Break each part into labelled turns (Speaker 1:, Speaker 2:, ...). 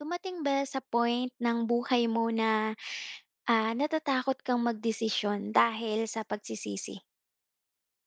Speaker 1: Dumating ba sa point ng buhay mo na, natatakot kang magdesisyon dahil sa pagsisisi?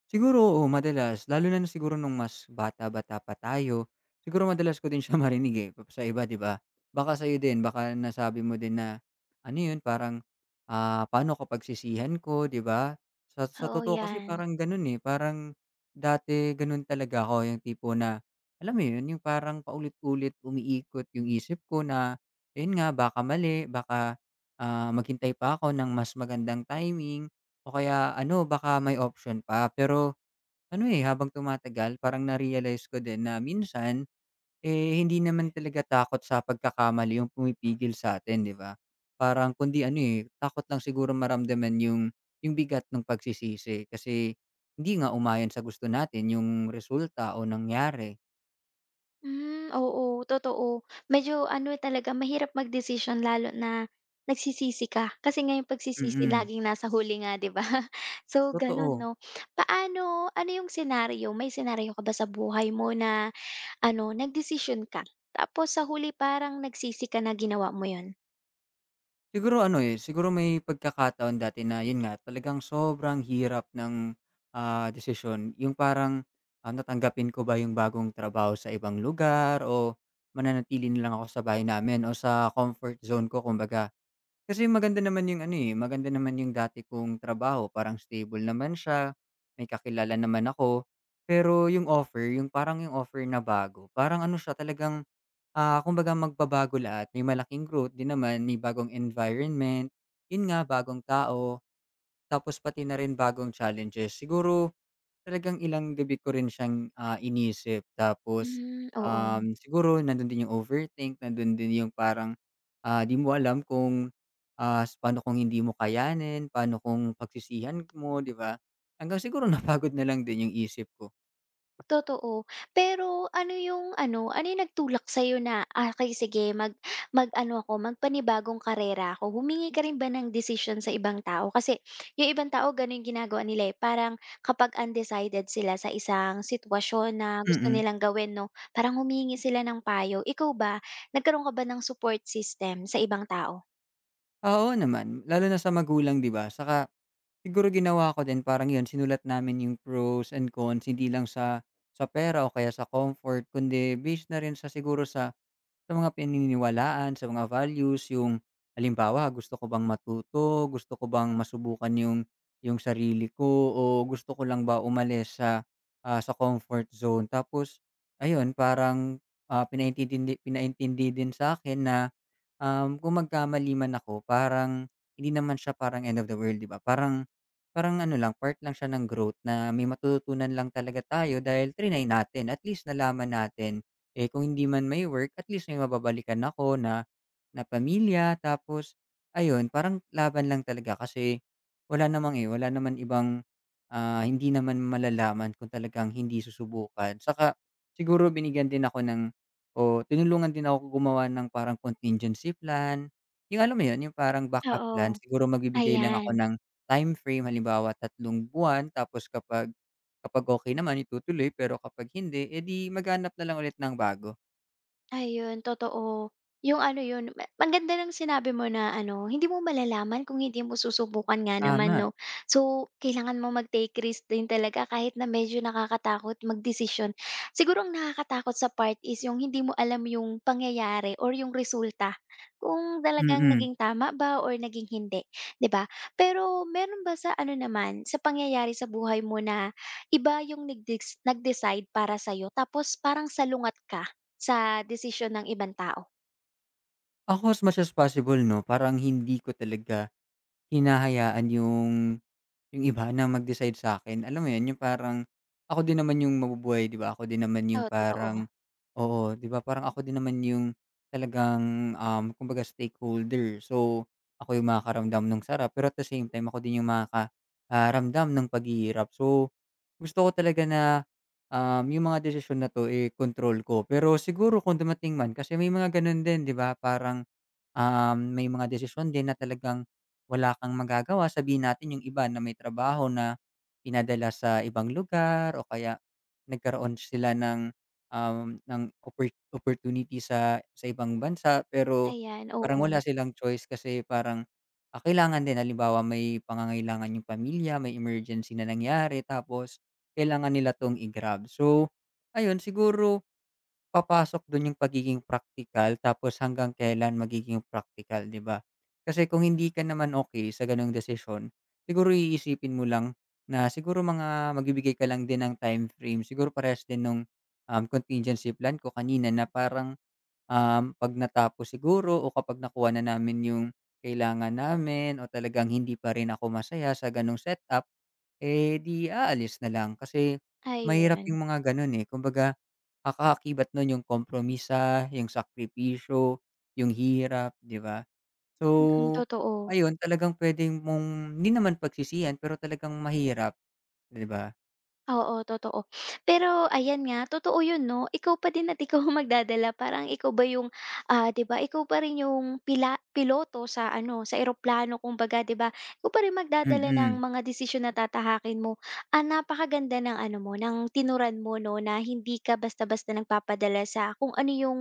Speaker 2: Siguro, oo, madalas. Lalo na nung siguro nung mas bata-bata pa tayo, siguro madalas ko din siya marinig, eh, sa iba, 'di ba? Baka sa'yo din, baka nasabi mo din na, ano yun, parang, paano ko pagsisihan ko, 'di ba? Sa
Speaker 1: Oo,
Speaker 2: totoo kasi
Speaker 1: 'yan.
Speaker 2: parang ganun, eh, parang dati ganun talaga ako, yung tipo na, alam mo yun, yung parang paulit-ulit umiikot yung isip ko na, ayun nga, baka mali, baka, maghintay pa ako ng mas magandang timing, o kaya ano, baka may option pa. Pero ano, eh, habang tumatagal parang na-realize ko din na minsan, eh, hindi naman talaga takot sa pagkakamali yung pumipigil sa atin, 'di ba? Parang kundi ano, eh, takot lang siguro maramdaman yung bigat ng pagsisisi kasi hindi nga umayon sa gusto natin yung resulta o nangyari.
Speaker 1: Oo, totoo. Medyo ano talaga, mahirap magdesisyon lalo na nagsisisi ka. Kasi nga yung pagsisisi
Speaker 2: Mm,
Speaker 1: laging nasa huli nga, 'di ba? So, gano'n
Speaker 2: totoo.
Speaker 1: 'no. Paano ano yung senaryo, may senaryo ka ba sa buhay mo na ano, nagdesisyon ka tapos sa huli parang nagsisi ka na ginawa mo yon.
Speaker 2: Siguro ano, eh, siguro may pagkakataon dati na yun nga talagang sobrang hirap ng, desisyon. Yung parang, tatanggapin ko ba yung bagong trabaho sa ibang lugar o mananatili na lang ako sa bahay namin o sa comfort zone ko kumbaga. Kasi maganda naman yung ano, eh, maganda naman yung dati kong trabaho parang stable naman siya, may kakilala naman ako. Pero yung offer, yung parang yung offer na bago, parang ano siya talagang, kumbaga magbabago lahat. May malaking growth din naman, may bagong environment, yun nga, bagong tao, tapos pati na rin bagong challenges. Siguro talagang ilang gabi ko rin siyang, inisip tapos,
Speaker 1: Oo.
Speaker 2: siguro nandun din yung overthink, nandun din yung parang, di mo alam kung, paano kung hindi mo kayanin, paano kung pagsisihan mo, di ba? Hanggang siguro napagod na lang din yung isip ko.
Speaker 1: Totoo. Pero ano yung ano, ano yung nagtulak sa'yo na, "Ah, okey sige mag mag-ano ako, magpanibagong karera ako." Humingi ka rin ba ng decision sa ibang tao? Kasi yung ibang tao gano'n yung ginagawa nila, eh, parang kapag undecided sila sa isang sitwasyon na gusto
Speaker 2: Mm.
Speaker 1: nilang gawin 'no, parang humingi sila ng payo. Ikaw ba, nagkaroon ka ba ng support system sa ibang tao?
Speaker 2: Oo naman, lalo na sa magulang, di ba? Saka siguro ginawa ko din parang 'yun sinulat namin yung pros and cons hindi lang sa pera o kaya sa comfort kundi based na rin sa siguro sa mga pininiwalaan, sa mga values yung halimbawa gusto ko bang matuto, gusto ko bang masubukan yung sarili ko o gusto ko lang ba umalis sa comfort zone. Tapos ayun parang, pinaintintindi din sa'kin na. Kung magkamali man ako parang hindi naman siya parang end of the world, 'di ba? Parang parang ano lang, part lang siya ng growth na may matututunan lang talaga tayo dahil triny natin. At least nalaman natin, eh, kung hindi man may work at least may mababalikan ako na na pamilya. Tapos ayun, parang laban lang talaga kasi wala namang, eh, wala naman ibang, hindi naman malalaman kung talagang hindi susubukan. Saka siguro binigyan din ako ng, oo, tinulungan din ako gumawa ng parang contingency plan, yung alam mo yun, yung parang backup plan.
Speaker 1: Oo,
Speaker 2: Siguro magbibigay lang
Speaker 1: ayan.
Speaker 2: ako ng time frame halimbawa 3 buwan tapos kapag kapag okay naman itutuloy pero kapag hindi, edi di maghahanap na lang ulit ng bago.
Speaker 1: Ayun, totoo. Yung ano yun, ma ang ng sinabi mo na ano, hindi mo malalaman kung hindi mo susubukan nga naman
Speaker 2: Tama,
Speaker 1: 'no. So, kailangan mo mag-take risk din talaga kahit na medyo nakakatakot magdesisyon. Siguro ang nakakatakot sa part is yung hindi mo alam yung pangyayari or yung resulta, kung talagang
Speaker 2: mm.
Speaker 1: naging tama ba or naging hindi, 'di ba? Pero meron ba sa ano naman, sa pangyayari sa buhay mo na iba yung nagdes nag-decide para sa'yo tapos parang salungat ka? Sa desisyon ng ibang tao.
Speaker 2: Ako as much as possible 'no, parang hindi ko talaga hinahayaan yung iba na mag-decide sa'kin, alam mo yun, yung parang ako din naman yung mabubuhay, 'di ba? Ako din naman yung
Speaker 1: Oo, totoo.
Speaker 2: parang oo, 'di ba, parang ako din naman yung talagang, kumbaga stakeholder. So, ako yung makakaramdam nung sarap, pero at the same time ako din yung makakaramdam ng paghihirap. So, gusto ko talaga na, yung mga desisyon na 'to, eh, kontrol ko. Pero siguro kung dumating man kasi may mga ganon din, 'di ba, parang. May mga desisyon din na talagang wala kang magagawa. Sabihin natin yung iba na may trabaho na pinadala sa ibang lugar o kaya nagkaroon sila ng, um, ng oppor opportunity sa ibang bansa, pero
Speaker 1: Ayan,
Speaker 2: parang
Speaker 1: oo.
Speaker 2: wala silang choice kasi parang, kailangan din. Halimbawa, may pangangailangan yung pamilya, may emergency na nangyari tapos kailangan nila 'tong i-grab. So, ayun siguro papasok dun yung pagiging praktikal tapos hanggang kailan magiging praktikal, 'di ba? Kasi kung hindi ka naman okay sa gano'ng desisyon, siguro iisipin mo lang na siguro mga magbibigay ka lang din ng time frame, siguro parehas din nung, contingency plan ko kanina na parang. 'Pag natapos siguro o kapag nakuha na namin yung kailangan namin o talagang hindi pa rin ako masaya sa gano'ng setup, eh, 'di aalis na lang. Kasi mahirap
Speaker 1: Ayun,
Speaker 2: yung mga gano'n, eh. Kumbaga, ang kaakibat no'n yung kompromisa, yung sakripisyo, yung hirap, 'di ba?
Speaker 1: mm,
Speaker 2: So,
Speaker 1: totoo.
Speaker 2: ayun talagang puwede mong hindi naman pagsisihan pero talagang mahirap, 'di ba?
Speaker 1: Oo, totoo. Pero ayan nga, totoo 'yun 'no, ikaw pa din at ikaw ang magdadala parang ikaw ba yung, 'di ba, ikaw pa rin yung piloto sa ano, sa eroplano kumbaga 'di ba? Ikaw pa rin magdadala ng
Speaker 2: Mm.
Speaker 1: mga desisyon na tatahakin mo. Ah, napakaganda ng ano mo, ng tinuran mo 'no, na hindi ka basta-basta nagpapadala sa kung ano yung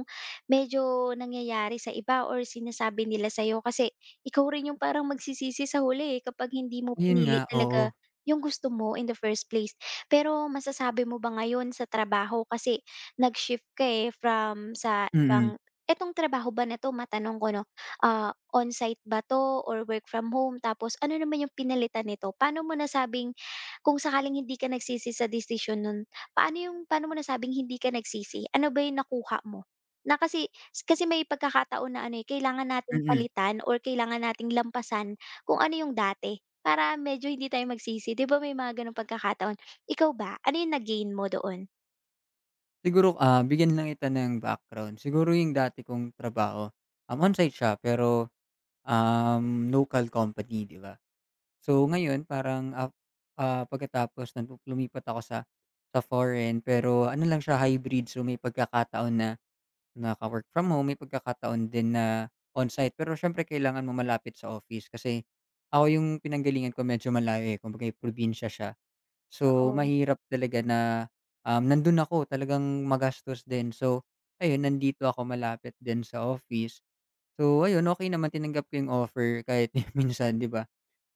Speaker 1: medyo nangyayari sa iba or sinasabi nila sa'yo kasi ikaw rin yung parang magsisisi sa huli, eh, kapag hindi mo
Speaker 2: Ayun nga,
Speaker 1: pinili
Speaker 2: oo.
Speaker 1: talaga yung gusto mo in the first place. Pero masasabi mo ba ngayon sa trabaho kasi nag-shift ka, eh, from sa
Speaker 2: Mm,
Speaker 1: ibang etong trabaho ba na 'to matanong ko 'no, ah, on-site ba 'to or work from home? Tapos ano naman yung pinalitan nito? Paano mo nasabing kung sakaling hindi ka nagsisi sa desisyon nun, paano yung paano mo nasabing hindi ka nagsisi? Ano ba yung nakuha mo? Na kasi kasi may pagkakataon na ano, eh, kailangan nating
Speaker 2: mm.
Speaker 1: palitan or kailangan nating lampasan kung ano yung dati para medyo hindi tayo magsisi. 'Di ba may mga gano'ng pagkakataon? Ikaw ba, ano yung na-gain mo doon?
Speaker 2: Siguro, bigyan lang kita ng background. Siguro yung dati kong trabaho, on-site siya pero, local company, 'di ba? So ngayon parang, pagkatapos nun lumipat ako sa foreign pero ano lang siya hybrid. So may pagkakataon na naka-work from home, may pagkakataon din na on-site. Pero siyempre kailangan mo malapit sa office kasi ako yung pinanggalingan ko medyo malayo, eh, kumbaga eh, probinsya siya. So,
Speaker 1: Oo.
Speaker 2: mahirap talaga na, nandun ako talagang magastos din. So, ayun nandito ako malapit din sa office. So, ayun okey naman tinanggap ko yung offer kahit minsan 'di ba,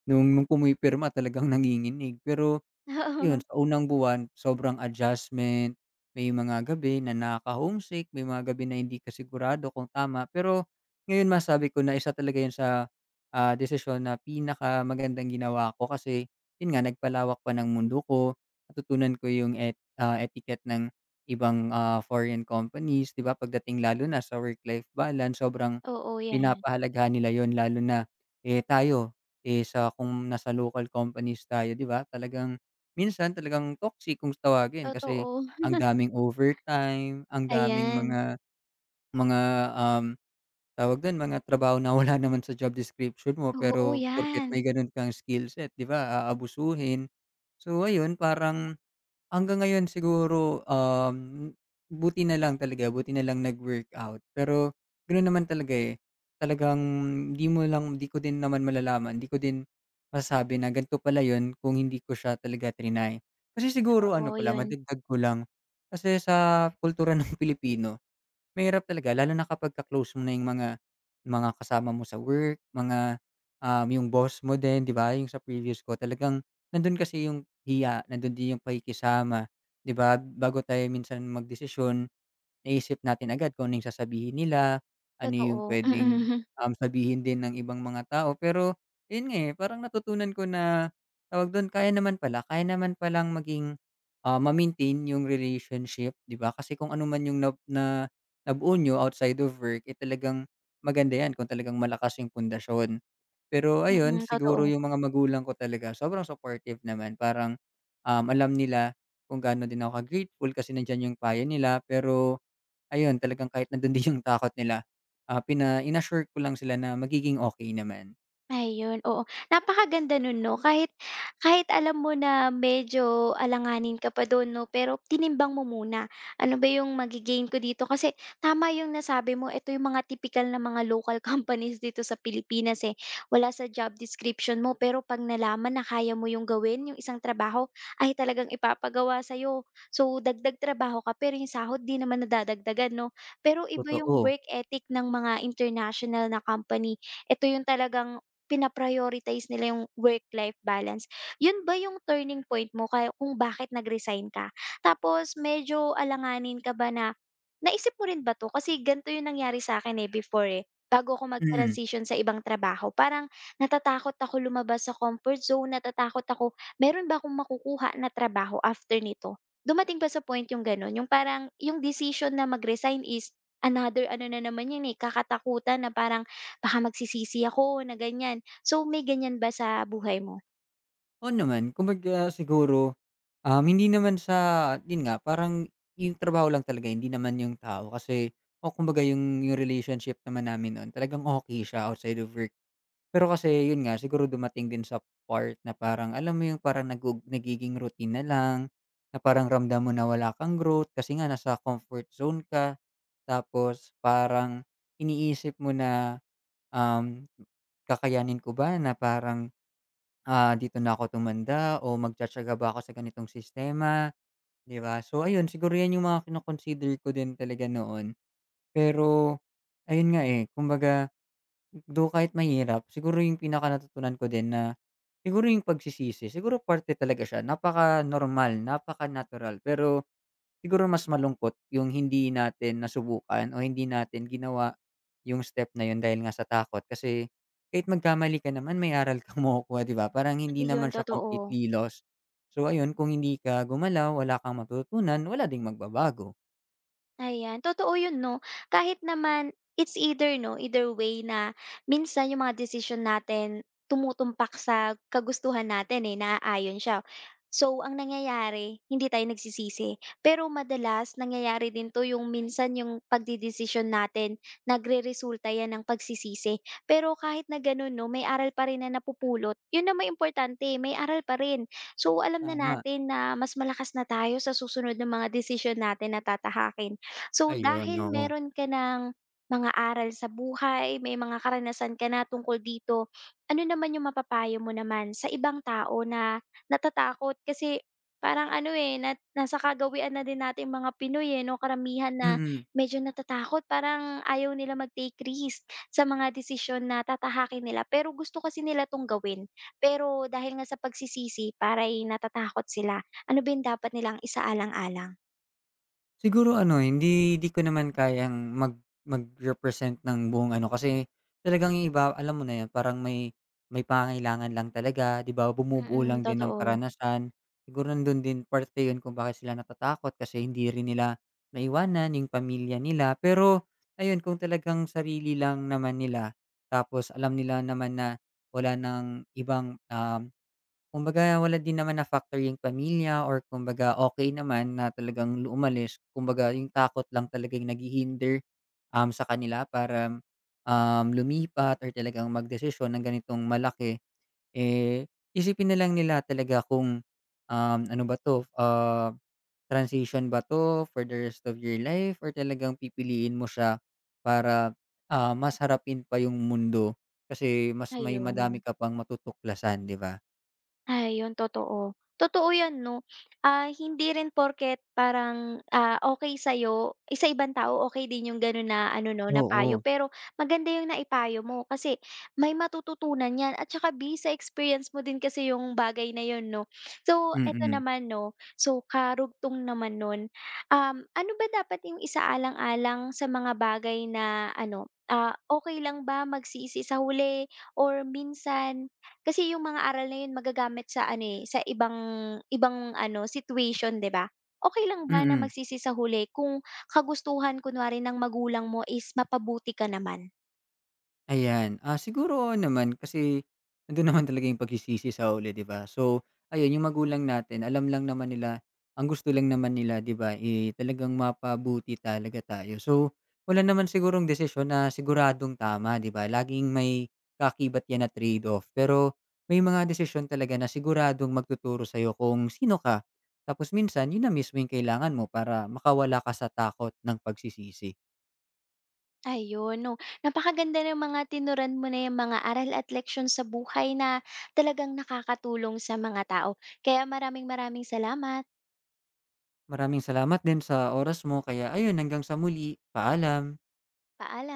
Speaker 2: nung pumipirma talagang nanginginig pero yun, sa unang buwan sobrang adjustment, may mga gabi na nakaka-homesick, may mga gabi na hindi ka sigurado kung tama. Pero ngayon masabi ko na isa talaga yun sa, desisyon na pinakamagandang ginawa ko kasi yun nga nagpalawak pa ng mundo ko, natutunan ko yung etiquette ng ibang, foreign companies, 'di ba, pagdating lalo na sa work-life balance sobrang
Speaker 1: Oo, oo, yan.
Speaker 2: pinapahalagahan nila yon lalo na, eh, tayo, eh, sa kung nasa local companies tayo, 'di ba, talagang minsan talagang toxic kung tawagin kasi
Speaker 1: Totoo.
Speaker 2: ang daming overtime, ang daming
Speaker 1: Ayan.
Speaker 2: mga mga, um, tawag dun, mga trabaho na wala naman sa job description mo
Speaker 1: Oo,
Speaker 2: pero porket
Speaker 1: yan.
Speaker 2: may ganun kang skill set, 'di ba, aabusuhin. So ayun, parang, hanggang ngayon siguro, buti na lang talaga, buti na lang nag-workout. Pero gano'n naman talaga, eh, talagang di mo lang di ko din naman malalaman, di ko din masasabi na ganito pala yon kung hindi ko siya talaga triny. Kasi siguro ano
Speaker 1: Oo,
Speaker 2: pala,
Speaker 1: yun.
Speaker 2: madagdag ko lang, kasi sa kultura ng Pilipino mahirap talaga lalo na kapagka close mo na yung mga kasama mo sa work, yung boss mo din, 'di ba? Yung sa previous ko talagang nandun kasi yung hiya, nandun din yung pakikisama, 'di ba? Bago tayo minsan magdesisyon, naisip natin agad kung ano yung sasabihin nila, ano yung
Speaker 1: Totoo.
Speaker 2: puwedeng,
Speaker 1: Mm.
Speaker 2: sabihin din ng ibang mga tao. Pero ayun nga, eh, parang natutunan ko na, tawag don, kaya naman palang maging, ma-maintain yung relationship, 'di ba? Kasi kung ano man yung nabuo niyo outside of work, eh, talagang maganda 'yan kung talagang malakas yung pundasyon. Pero ayun,
Speaker 1: Mm,
Speaker 2: siguro
Speaker 1: totoo.
Speaker 2: yung mga magulang ko talaga sobrang supportive naman. Parang, alam nila kung gaano din ako ka-grateful kasi nandiyan yung payo nila. Pero ayun, talagang kahit nando'n din yung takot nila, pina in-assure ko lang sila na magiging okey naman.
Speaker 1: Ayun, oo. Napakaganda nun 'no, kahit kahit alam mo na medyo alanganin ka pa dun 'no, pero tinimbang mo muna, ano ba yung mage ko dito? Kasi tama yung nasabi mo, ito yung mga tipikal na mga local companies dito sa Pilipinas, eh. Wala sa job description mo, pero 'pag nalaman na kaya mo yung gawin, yung isang trabaho, ay talagang ipapagawa sa'yo. So, dagdag trabaho ka, pero yung sahod 'di naman nadadagdagan 'no. Pero iba
Speaker 2: Totoo,
Speaker 1: yung work ethic ng mga international na company. Ito yung talagang pina nila yung work-life balance. Yun ba yung turning point mo kaya kung bakit nag-resign ka? Tapos medyo alanganin ka ba na, "Naisip mo rin ba 'to?" Kasi ganito yung nangyari sa akin eh, before, eh, bago ako
Speaker 2: mm.
Speaker 1: mag-transition sa ibang trabaho. Parang natatakot ako lumabas sa comfort zone, natatakot ako, meron ba akong makukuha na trabaho after nito? Dumating pa sa point yung gano'n, yung parang yung decision na mag-resign is another ano na naman yun, eh, katatakutan na parang baka magsisisi ako na ganyan. So, may ganyan ba sa buhay mo?
Speaker 2: Oo naman, kumbaga siguro, hindi naman sa yun nga, parang yung trabaho lang talaga, hindi naman yung tao kasi o kumbaga yung relationship naman namin no'n talagang okey siya outside of work. Pero kasi yun nga, siguro dumating din sa part na parang alam mo yung parang nagiging routine na lang, na parang ramdam mo na wala kang growth kasi nga nasa comfort zone ka. Tapos parang iniisip mo na, um, kakayanin ko ba na parang, dito na ako tumanda o magtitiyaga ba ako sa ganitong sistema, 'di ba? So ayun, siguro 'yan yung mga kino-consider ko din talaga noon. Pero ayun nga, eh, kumbaga do kahit mahirap siguro yung pinaka-natutunan ko din na siguro yung pagsisisi, siguro parte talaga siya, napaka-normal, napaka-natural pero siguro mas malungkot yung hindi natin nasubukan o hindi natin ginawa yung step na yun dahil nga sa takot kasi kahit magkamali ka naman may aral kang makukuha, 'di ba? Parang hindi
Speaker 1: Ayun,
Speaker 2: naman siya
Speaker 1: totoo.
Speaker 2: completely lost. So ayun, kung hindi ka gumalaw, wala kang matutunan wala ding magbabago.
Speaker 1: Ayan, totoo yun 'no. Kahit naman it's either 'no, either way na minsan yung mga desisyon natin tumutumpak sa kagustuhan natin, eh, naaayon siya. So, ang nangyayari hindi tayo nagsisisi. Pero madalas nangyayari din 'to yung minsan yung pagdedesisyon natin nagreresulta 'yan ng pagsisisi. Pero kahit na gano'n 'no, may aral pa rin na napupulot. Yun na may importante, eh, may aral pa rin. So, alam na
Speaker 2: Tama,
Speaker 1: natin na mas malakas na tayo sa susunod ng mga desisyon natin na tatahakin. So,
Speaker 2: ayun,
Speaker 1: dahil
Speaker 2: oo.
Speaker 1: meron ka ng mga aral sa buhay, may mga karanasan ka na tungkol dito, ano naman yung mapapayo mo naman sa ibang tao na natatakot? Kasi parang ano eh, na, nasa kagawian na din natin mga Pinoy eh, no? Karamihan na
Speaker 2: Mm.
Speaker 1: medyo natatakot, parang ayaw nila mag-take risk sa mga desisyon na tatahakin nila. Pero gusto kasi nila tong gawin. Pero dahil nga sa pagsisisi, parang natatakot sila. Ano ba yung dapat nilang isaalang-alang?
Speaker 2: Siguro ano, hindi hindi ko naman kayang mag-represent ng buong ano, kasi talagang yung iba alam mo na yun parang may pangangailangan lang talaga, 'di ba?
Speaker 1: Mm,
Speaker 2: Bumubuo
Speaker 1: mm,
Speaker 2: lang din ng
Speaker 1: totoo.
Speaker 2: karanasan. Siguro nandun din parte yun kung bakit sila natatakot kasi hindi rin nila naiwanan yung pamilya nila. Pero ayun, kung talagang sarili lang naman nila tapos alam nila naman na wala ng ibang, kumbaga wala din naman na-factor yung pamilya or kumbaga okay naman na talagang umalis, kumbaga yung takot lang talaga yung naghihinder, sa kanila para, lumipat or talagang magdesisyon ng ganitong malaki. Eh, isipin na lang nila talaga kung, ano ba 'to, transition ba 'to for the rest of your life or talagang pipiliin mo siya para, mas harapin pa yung mundo kasi mas may madami
Speaker 1: Ayun.
Speaker 2: ka pang matutuklasan, 'di ba?
Speaker 1: Ayun, totoo. Totoo 'yan 'no. Ah, hindi rin porket parang, ah, okay sa'yo, eh, sa ibang tao okay din yung gano'n na ano 'no, na payo.
Speaker 2: Oo.
Speaker 1: Pero maganda yung naipayo mo kasi may matututunan 'yan at saka based sa experience mo din kasi yung bagay na yun 'no. So, eto
Speaker 2: Mm,
Speaker 1: naman 'no, so karugtong naman nun, ano ba dapat yung isaalang-alang sa mga bagay na ano, ah, okay lang ba magsisi sa huli or minsan kasi yung mga aral na yun magagamit sa ano, eh, sa ibang ibang ano, situation, 'di ba? Okey lang ba na
Speaker 2: mm.
Speaker 1: magsisi sa huli kung kagustuhan kunwari ng magulang mo is mapabuti ka naman?
Speaker 2: Ayan, siguro oo naman kasi nandun naman talaga yung pagsisisi sa huli, 'di ba? So, ayun yung magulang natin alam lang naman nila ang gusto lang naman nila, 'di ba, eh, talagang mapabuti talaga tayo. So, wala naman sigurong desisyon na siguradong tama, 'di ba? Laging may kakibat 'yan na trade-off. Pero may mga desisyon talaga na siguradong magtuturo sa'yo kung sino ka. Tapos minsan yun na mismo yung kailangan mo para makawala ka sa takot ng pagsisisi.
Speaker 1: Ayun 'no, napakaganda ng mga tinuran mo na yang mga aral at leksiyon sa buhay na talagang nakakatulong sa mga tao. Kaya maraming maraming salamat.
Speaker 2: Maraming salamat din sa oras mo kaya ayun hanggang sa muli, paalam.
Speaker 1: Paala